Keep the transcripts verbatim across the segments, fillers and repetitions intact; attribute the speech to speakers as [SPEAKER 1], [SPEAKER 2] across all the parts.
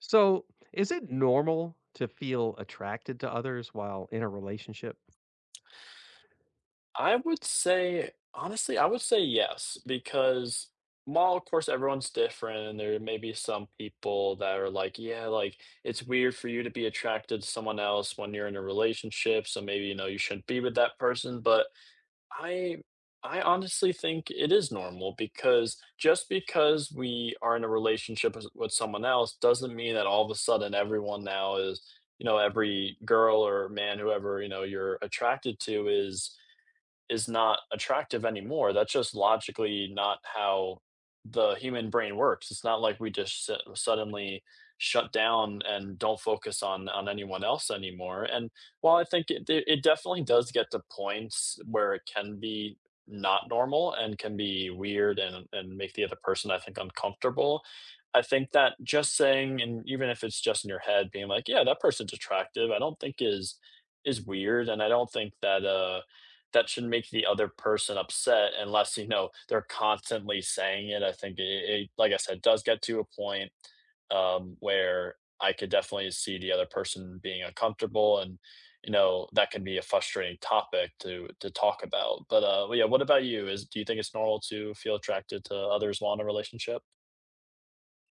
[SPEAKER 1] So, is it normal to feel attracted to others while in a relationship?
[SPEAKER 2] I would say honestly, I would say yes, because while of course everyone's different and there may be some people that are like, yeah, like it's weird for you to be attracted to someone else when you're in a relationship, so maybe you know you shouldn't be with that person, but I I honestly think it is normal because just because we are in a relationship with with someone else doesn't mean that all of a sudden everyone now is, you know, every girl or man, whoever, you know, you're attracted to is is not attractive anymore. That's just logically not how the human brain works. It's not like we just su- suddenly shut down and don't focus on on anyone else anymore. And while I think it it it definitely does get to points where it can be not normal and can be weird and and make the other person I think uncomfortable. I think that just saying and even if it's just in your head being like, yeah, that person's attractive, I don't think is is weird and I don't think that uh that should make the other person upset unless you know they're constantly saying it. I think it, it like I said, does get to a point um, where I could definitely see the other person being uncomfortable, and you know that can be a frustrating topic to to talk about. But uh, well, yeah, what about you? Is do you think it's normal to feel attracted to others while in a relationship?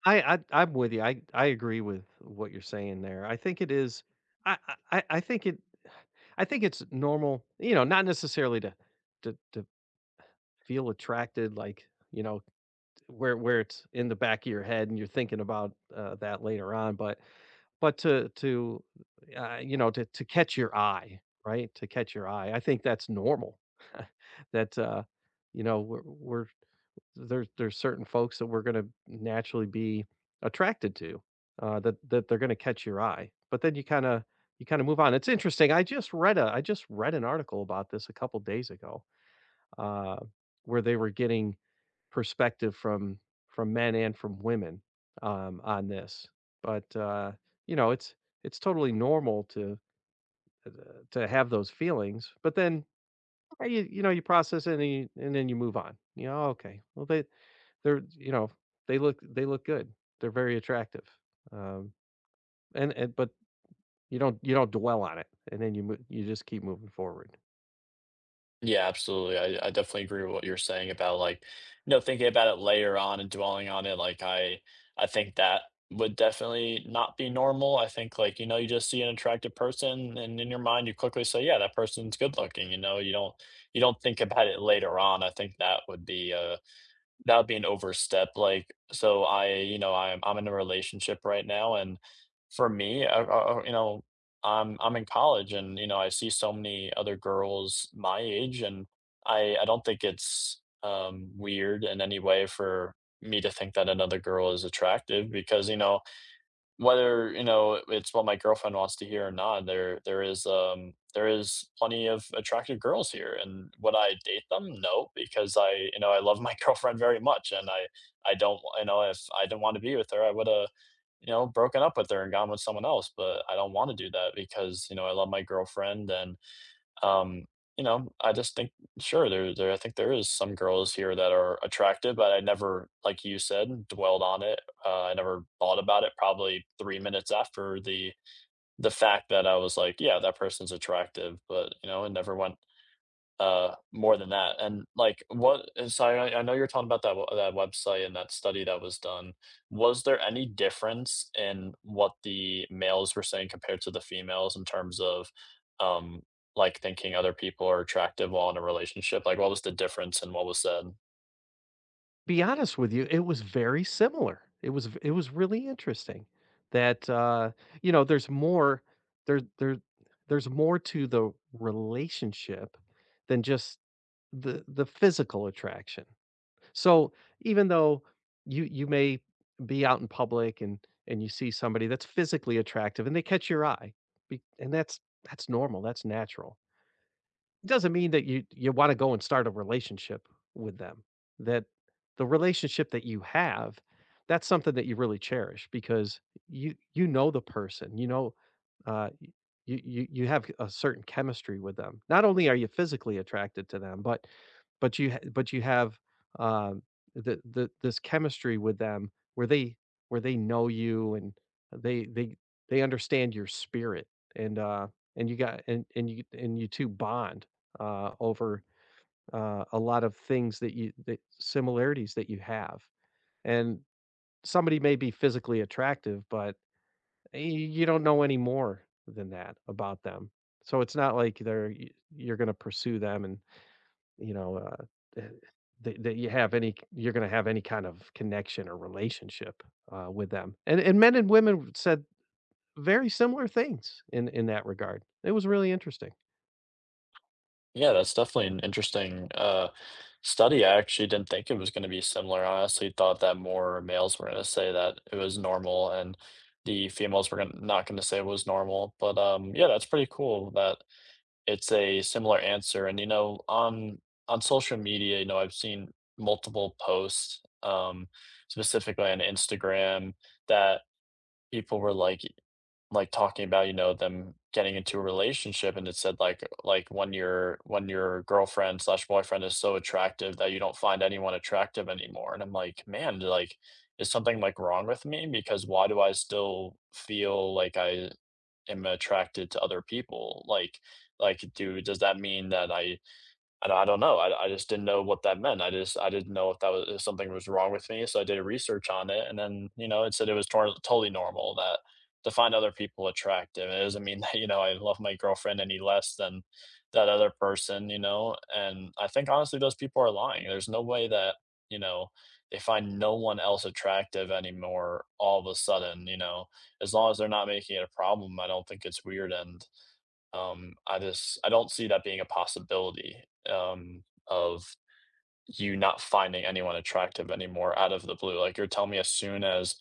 [SPEAKER 1] I, I I'm with you. I I agree with what you're saying there. I think it is. I I, I I think it. I think it's normal. You know, not necessarily to to to feel attracted, like you know, where where it's in the back of your head and you're thinking about uh, that later on but but to to uh, you know to to catch your eye, right, to catch your eye. I think that's normal. that uh you know we're, we're there's there's certain folks that we're going to naturally be attracted to, uh that that they're going to catch your eye, but then you kind of you kind of move on. It's interesting, i just read a I just read an article about this a couple days ago, uh where they were getting perspective from from men and from women, um, on this. But uh, you know, it's it's totally normal to, uh, to have those feelings. But then, eh, you, you know, you process it, and you, and then you move on. You know, "Oh, okay, well they they're you know they look they look good. They're very attractive. Um, and and But you don't you don't dwell on it, and then you mo- you just keep moving forward.
[SPEAKER 2] Yeah, absolutely. I, I definitely agree with what you're saying about like, you know, thinking about it later on and dwelling on it. Like I I think that would definitely not be normal. I think like, you know, you just see an attractive person and in your mind you quickly say, yeah, that person's good looking, you know, you don't you don't think about it later on. I think that would be a that would be an overstep. Like, so I, you know, I'm I'm in a relationship right now, and for me, I, I, you know, I'm I'm in college, and you know, I see so many other girls my age, and I I don't think it's um, weird in any way for me to think that another girl is attractive because you know whether, you know, it's what my girlfriend wants to hear or not, there there is, um, there is plenty of attractive girls here, and would I date them? No, because I you know, I love my girlfriend very much, and I I don't you know, if I didn't wanna be with her, I woulda, you know, broken up with her and gone with someone else, but I don't wanna do that because, you know, I love my girlfriend and um, you know, I just think sure, there there I think there is some girls here that are attractive, but I never, like you said, dwelled on it. Uh, I never thought about it probably three minutes after the the fact that I was like, "Yeah, that person's attractive," but, you know, it never went uh more than that. And like what uh, so I, I know you're talking about that w- that website and that study that was done. Was there any difference in what the males were saying compared to the females in terms of um like thinking other people are attractive while in a relationship? Like what was the difference in what was said?
[SPEAKER 1] Be honest with you, it was very similar. It was v it was really interesting that, uh, you know, there's more, there there there's more to the relationship than just the the physical attraction. So, even though you you may be out in public and and you see somebody that's physically attractive and they catch your eye, be and that's that's normal, that's natural. It doesn't mean that you you want to go and start a relationship with them. That The relationship that you have, that's something that you really cherish because you you know the person, you know, uh, y- you you you have a certain chemistry with them. Not only are you physically attracted to them, but but you ha- but you have, um, the the this chemistry with them, where they where they know you and they they they understand your spirit, and uh and you got and and you and you two bond uh, over uh, a lot of things that you that similarities that you have. And somebody may be physically attractive, but y- you don't know any more than that about them. So it's not like they're y- you're going to pursue them, and you know, uh, eh, that, that you have any— you're going to have any kind of connection or relationship uh, with them. And and men and women said very similar things in in that regard. It was really interesting.
[SPEAKER 2] Yeah, that's definitely an interesting uh, study. I actually didn't think it was going to be similar. I honestly thought that more males were going to say that it was normal and the females were gonna, not going to say it was normal. But um, yeah, that's pretty cool that it's a similar answer. And you know, on on social media, you know, I've seen multiple posts, um, specifically on Instagram, that people were like like, talking about, you know, them getting into a relationship, and it said, like like, when your when your girlfriend/boyfriend slash boyfriend is so attractive that you don't find anyone attractive anymore, and I'm like, "Man, like, is something, like, wrong with me? Because why do I still feel like I am attracted to other people? Like like, do does that mean that I I I don't know. I, I just didn't know what that meant. I just I didn't know if that was if something was wrong with me. So I did research on it, and then you know it said it was tor- totally normal that to find other people attractive. It doesn't mean that you know I love my girlfriend any less than that other person. You know, and I think honestly those people are lying. There's no way that you know they find no one else attractive anymore all of a sudden. You know, as long as they're not making it a problem, I don't think it's weird. And um, I just I don't see that being a possibility, um, of you not finding anyone attractive anymore out of the blue. Like, you're telling me as soon as,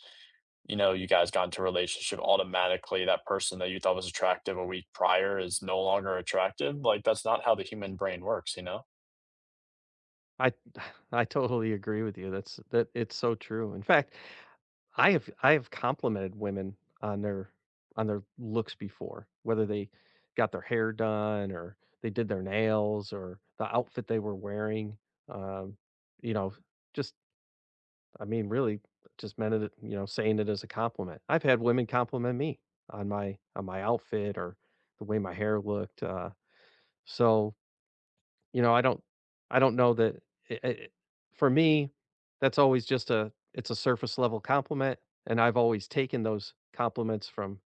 [SPEAKER 2] you know, you guys got into a relationship, automatically that person that you thought was attractive a week prior is no longer attractive? Like, that's not how the human brain works, you know?
[SPEAKER 1] I I totally agree with you. That's— that it's so true. In fact, I have I have complimented women on their on their looks before, whether they got their hair done or they did their nails or the outfit they were wearing. Um, you know, just— I mean, really, just meant it, you know, saying it as a compliment. I've had women compliment me on my on my outfit or the way my hair looked. Uh, so you know, I don't I don't know that it it for me, that's always just a— it's a surface level compliment, and I've always taken those compliments from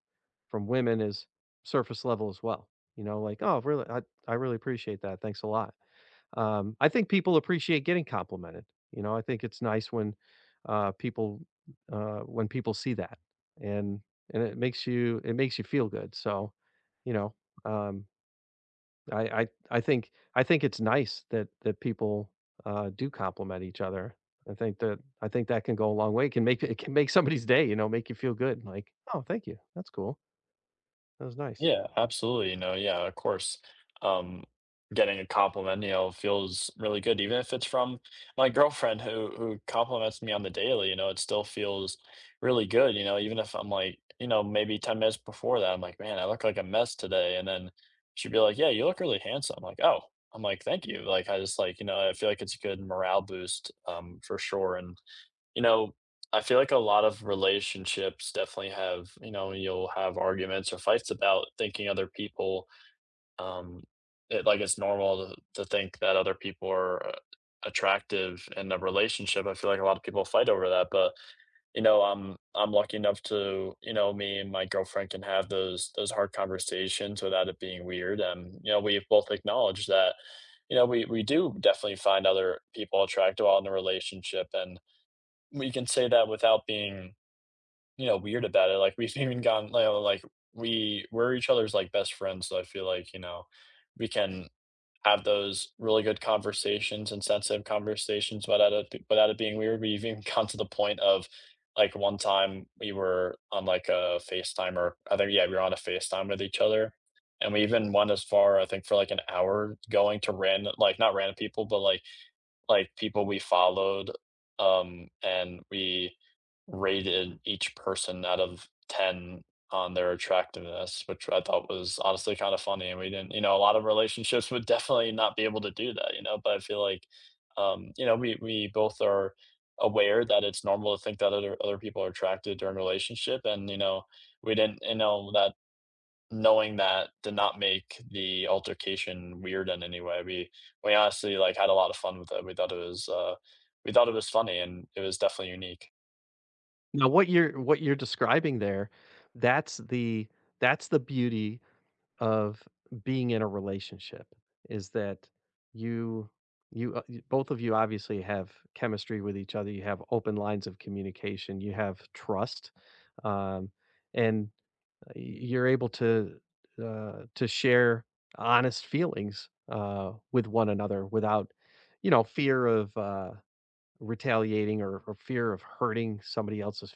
[SPEAKER 1] from women as surface level as well. You know, like, "Oh, really, I I really appreciate that. Thanks a lot." Um, I think people appreciate getting complimented. You know, I think it's nice when, uh, people, uh when people see that, and and it makes you— it makes you feel good. So, you know, um I I I think I think it's nice that that people, uh, do compliment each other. I think that I think that can go a long way. It can make— it can make somebody's day, you know, make you feel good, like, "Oh, thank you. That's cool. That was nice."
[SPEAKER 2] Yeah, absolutely. You know, yeah, of course. Um, getting a compliment, you know, feels really good, even if it's from my girlfriend who who compliments me on the daily. You know, it still feels really good. You know, even if I'm like, you know, maybe ten minutes before that, I'm like, man, I look like a mess today, and then she'd be like, yeah, you look really handsome. I'm like, oh, I'm like, thank you. Like, I just like, you know, I feel like it's a good morale boost, um, for sure, and you know, I feel like a lot of relationships definitely have, you know, you'll have arguments or fights about thinking other people, um, it, like it's normal to, to think that other people are uh, attractive in a relationship. I feel like a lot of people fight over that, but you know, I'm I'm lucky enough to, you know, me and my girlfriend can have those those hard conversations without it being weird. And you know, we've both acknowledged that, you know, we we do definitely find other people attractive out in the relationship, and we can say that without being, you know, weird about it, like, we've even gone, you know, like, we we're each other's, like, best friends, so I feel like, you know, we can have those really good conversations and sensitive conversations without it b without it being weird. We've even gone to the point of, like, one time we were on, like, a FaceTime or I think yeah, we were on a FaceTime with each other, and we even went as far, I think, for, like, an hour going to random like, not random people, but, like, like people we followed, um, and we rated each person out of ten on their attractiveness, which I thought was honestly kind of funny. And we didn't, you know, a lot of relationships would definitely not be able to do that, you know, but I feel like, um, you know, we, we both are aware that it's normal to think that other, other people are attracted during a relationship. And, you know, we didn't, you know, that knowing that did not make the altercation weird in any way. We we honestly, like, had a lot of fun with it. We thought it was, uh we thought it was funny, and it was definitely unique.
[SPEAKER 1] Now what you're what you're describing there, that's the that's the beauty of being in a relationship, is that you you, uh, y both of you obviously have chemistry with each other, you have open lines of communication, you have trust, um, and you're able to, uh, to share honest feelings, uh, with one another, without, you know, fear of, uh, retaliating, or or fear of hurting somebody else's—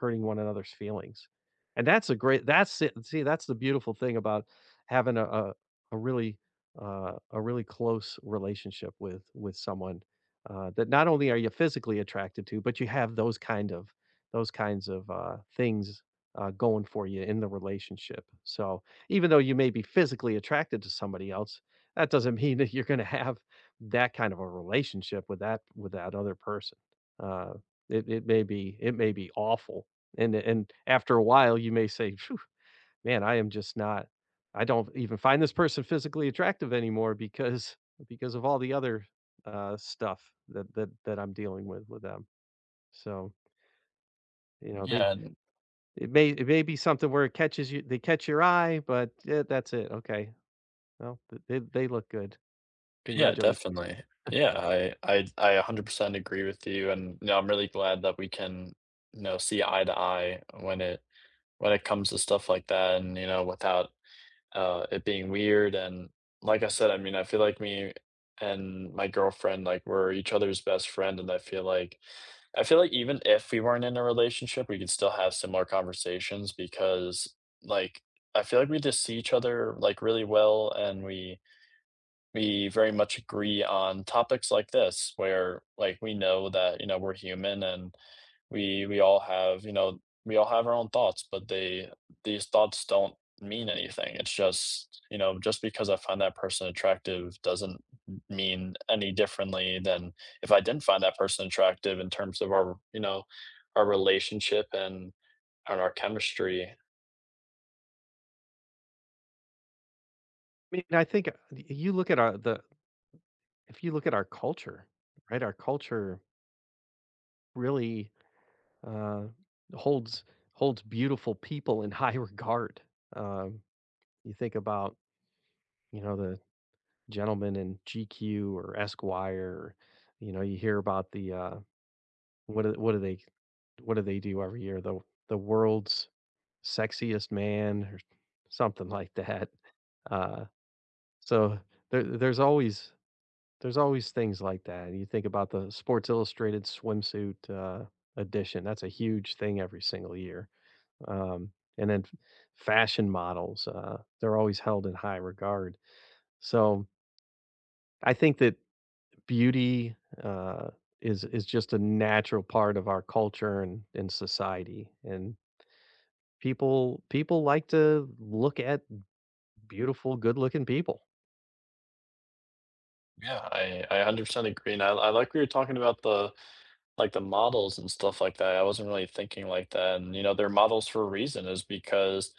[SPEAKER 1] hurting one another's feelings. And that's a great— that's— it see, that's the beautiful thing about having a a a really, uh, a really close relationship with with someone, uh, that not only are you physically attracted to, but you have those kind of, those kinds of, uh, things, uh, going for you in the relationship. So, even though you may be physically attracted to somebody else, that doesn't mean that you're gonna have that kind of a relationship with that— with that other person. Uh, it it may be it may be awful, and and after a while, you may say, "Phew, Man, I am just not. I don't even find this person physically attractive anymore because because of all the other uh, stuff that that that I'm dealing with with them." So you know, they—
[SPEAKER 2] Yeah, n
[SPEAKER 1] it may it may be something where it catches you— they catch your eye, but eh, that's it. Okay, well th- they they look good.
[SPEAKER 2] yeah,
[SPEAKER 1] Congratulations.
[SPEAKER 2] definitely. Yeah, I I I one hundred percent agree with you, and, you know, I'm really glad that we can, you know, see eye to eye when it when it comes to stuff like that and, you know, without, uh, it being weird, and like I said, I mean, I feel like me and my girlfriend, like, we're each other's best friend, and I feel like I feel like even if we weren't in a relationship, we could still have similar conversations because, like, I feel like we just see each other, like, really well, and we we very much agree on topics like this where, like, we know that, you know, we're human and we we all have you know we all have our own thoughts but they these thoughts don't mean anything. It's just you know just because I find that person attractive doesn't mean any differently than if I didn't find that person attractive in terms of our you know our relationship and and our chemistry.
[SPEAKER 1] I mean, I think, uh, y you look at our— the— if you look at our culture, right? Our culture really, uh, holds, holds beautiful people in high regard. Um, you think about, you know, the gentleman in G Q or Esquire, or, you know, you hear about the, uh what do— what do they what do they do every year? The the world's sexiest man or something like that. Uh, so there, there's always— there's always things like that. You think about the Sports Illustrated swimsuit, uh, edition. That's a huge thing every single year. Um, and then f- fashion models, uh, they're always held in high regard. So I think that beauty, uh, is is just a natural part of our culture and, and society. And people people like to look at beautiful, good looking people.
[SPEAKER 2] Yeah, i i one hundred percent agree. And I, I like we were talking about the like the models and stuff like that, I wasn't really thinking like that. And you know they're models for a reason, is because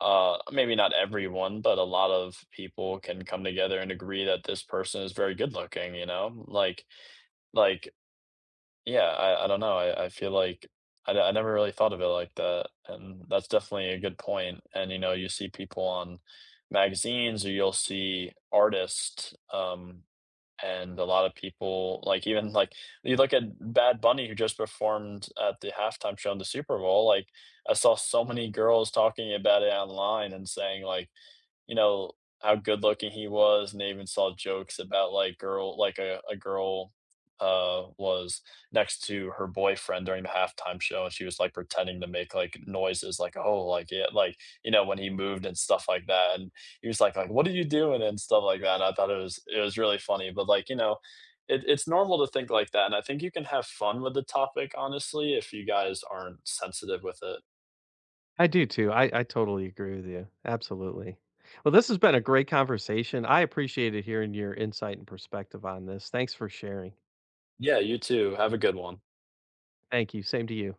[SPEAKER 2] uh, maybe not everyone, but a lot of people can come together and agree that this person is very good looking, you know? Like, like, yeah, I, I don't know. I, I feel like I, I never really thought of it like that. And that's definitely a good point. And, you know, you see people on magazines or you'll see artists, um, and a lot of people like even like you look at Bad Bunny who just performed at the halftime show in the Super Bowl. Like I saw so many girls talking about it online and saying like you know, how good looking he was, and they even saw jokes about like girl like a a girl, uh, was next to her boyfriend during the halftime show, and she was, like, pretending to make, like, noises like, "Oh," like, yeah, like, you know, when he moved and stuff like that, and he was like like, "What are you doing?" and stuff like that, and I thought it was it was really funny, but, like, you know, it it's normal to think like that, and I think you can have fun with the topic, honestly, if you guys aren't sensitive with it.
[SPEAKER 1] I do too. I, I totally agree with you. Absolutely. Well, this has been a great conversation. I appreciated hearing your insight and perspective on this. Thanks for sharing.
[SPEAKER 2] Yeah, you too, have a good one.
[SPEAKER 1] Thank you. Same to you.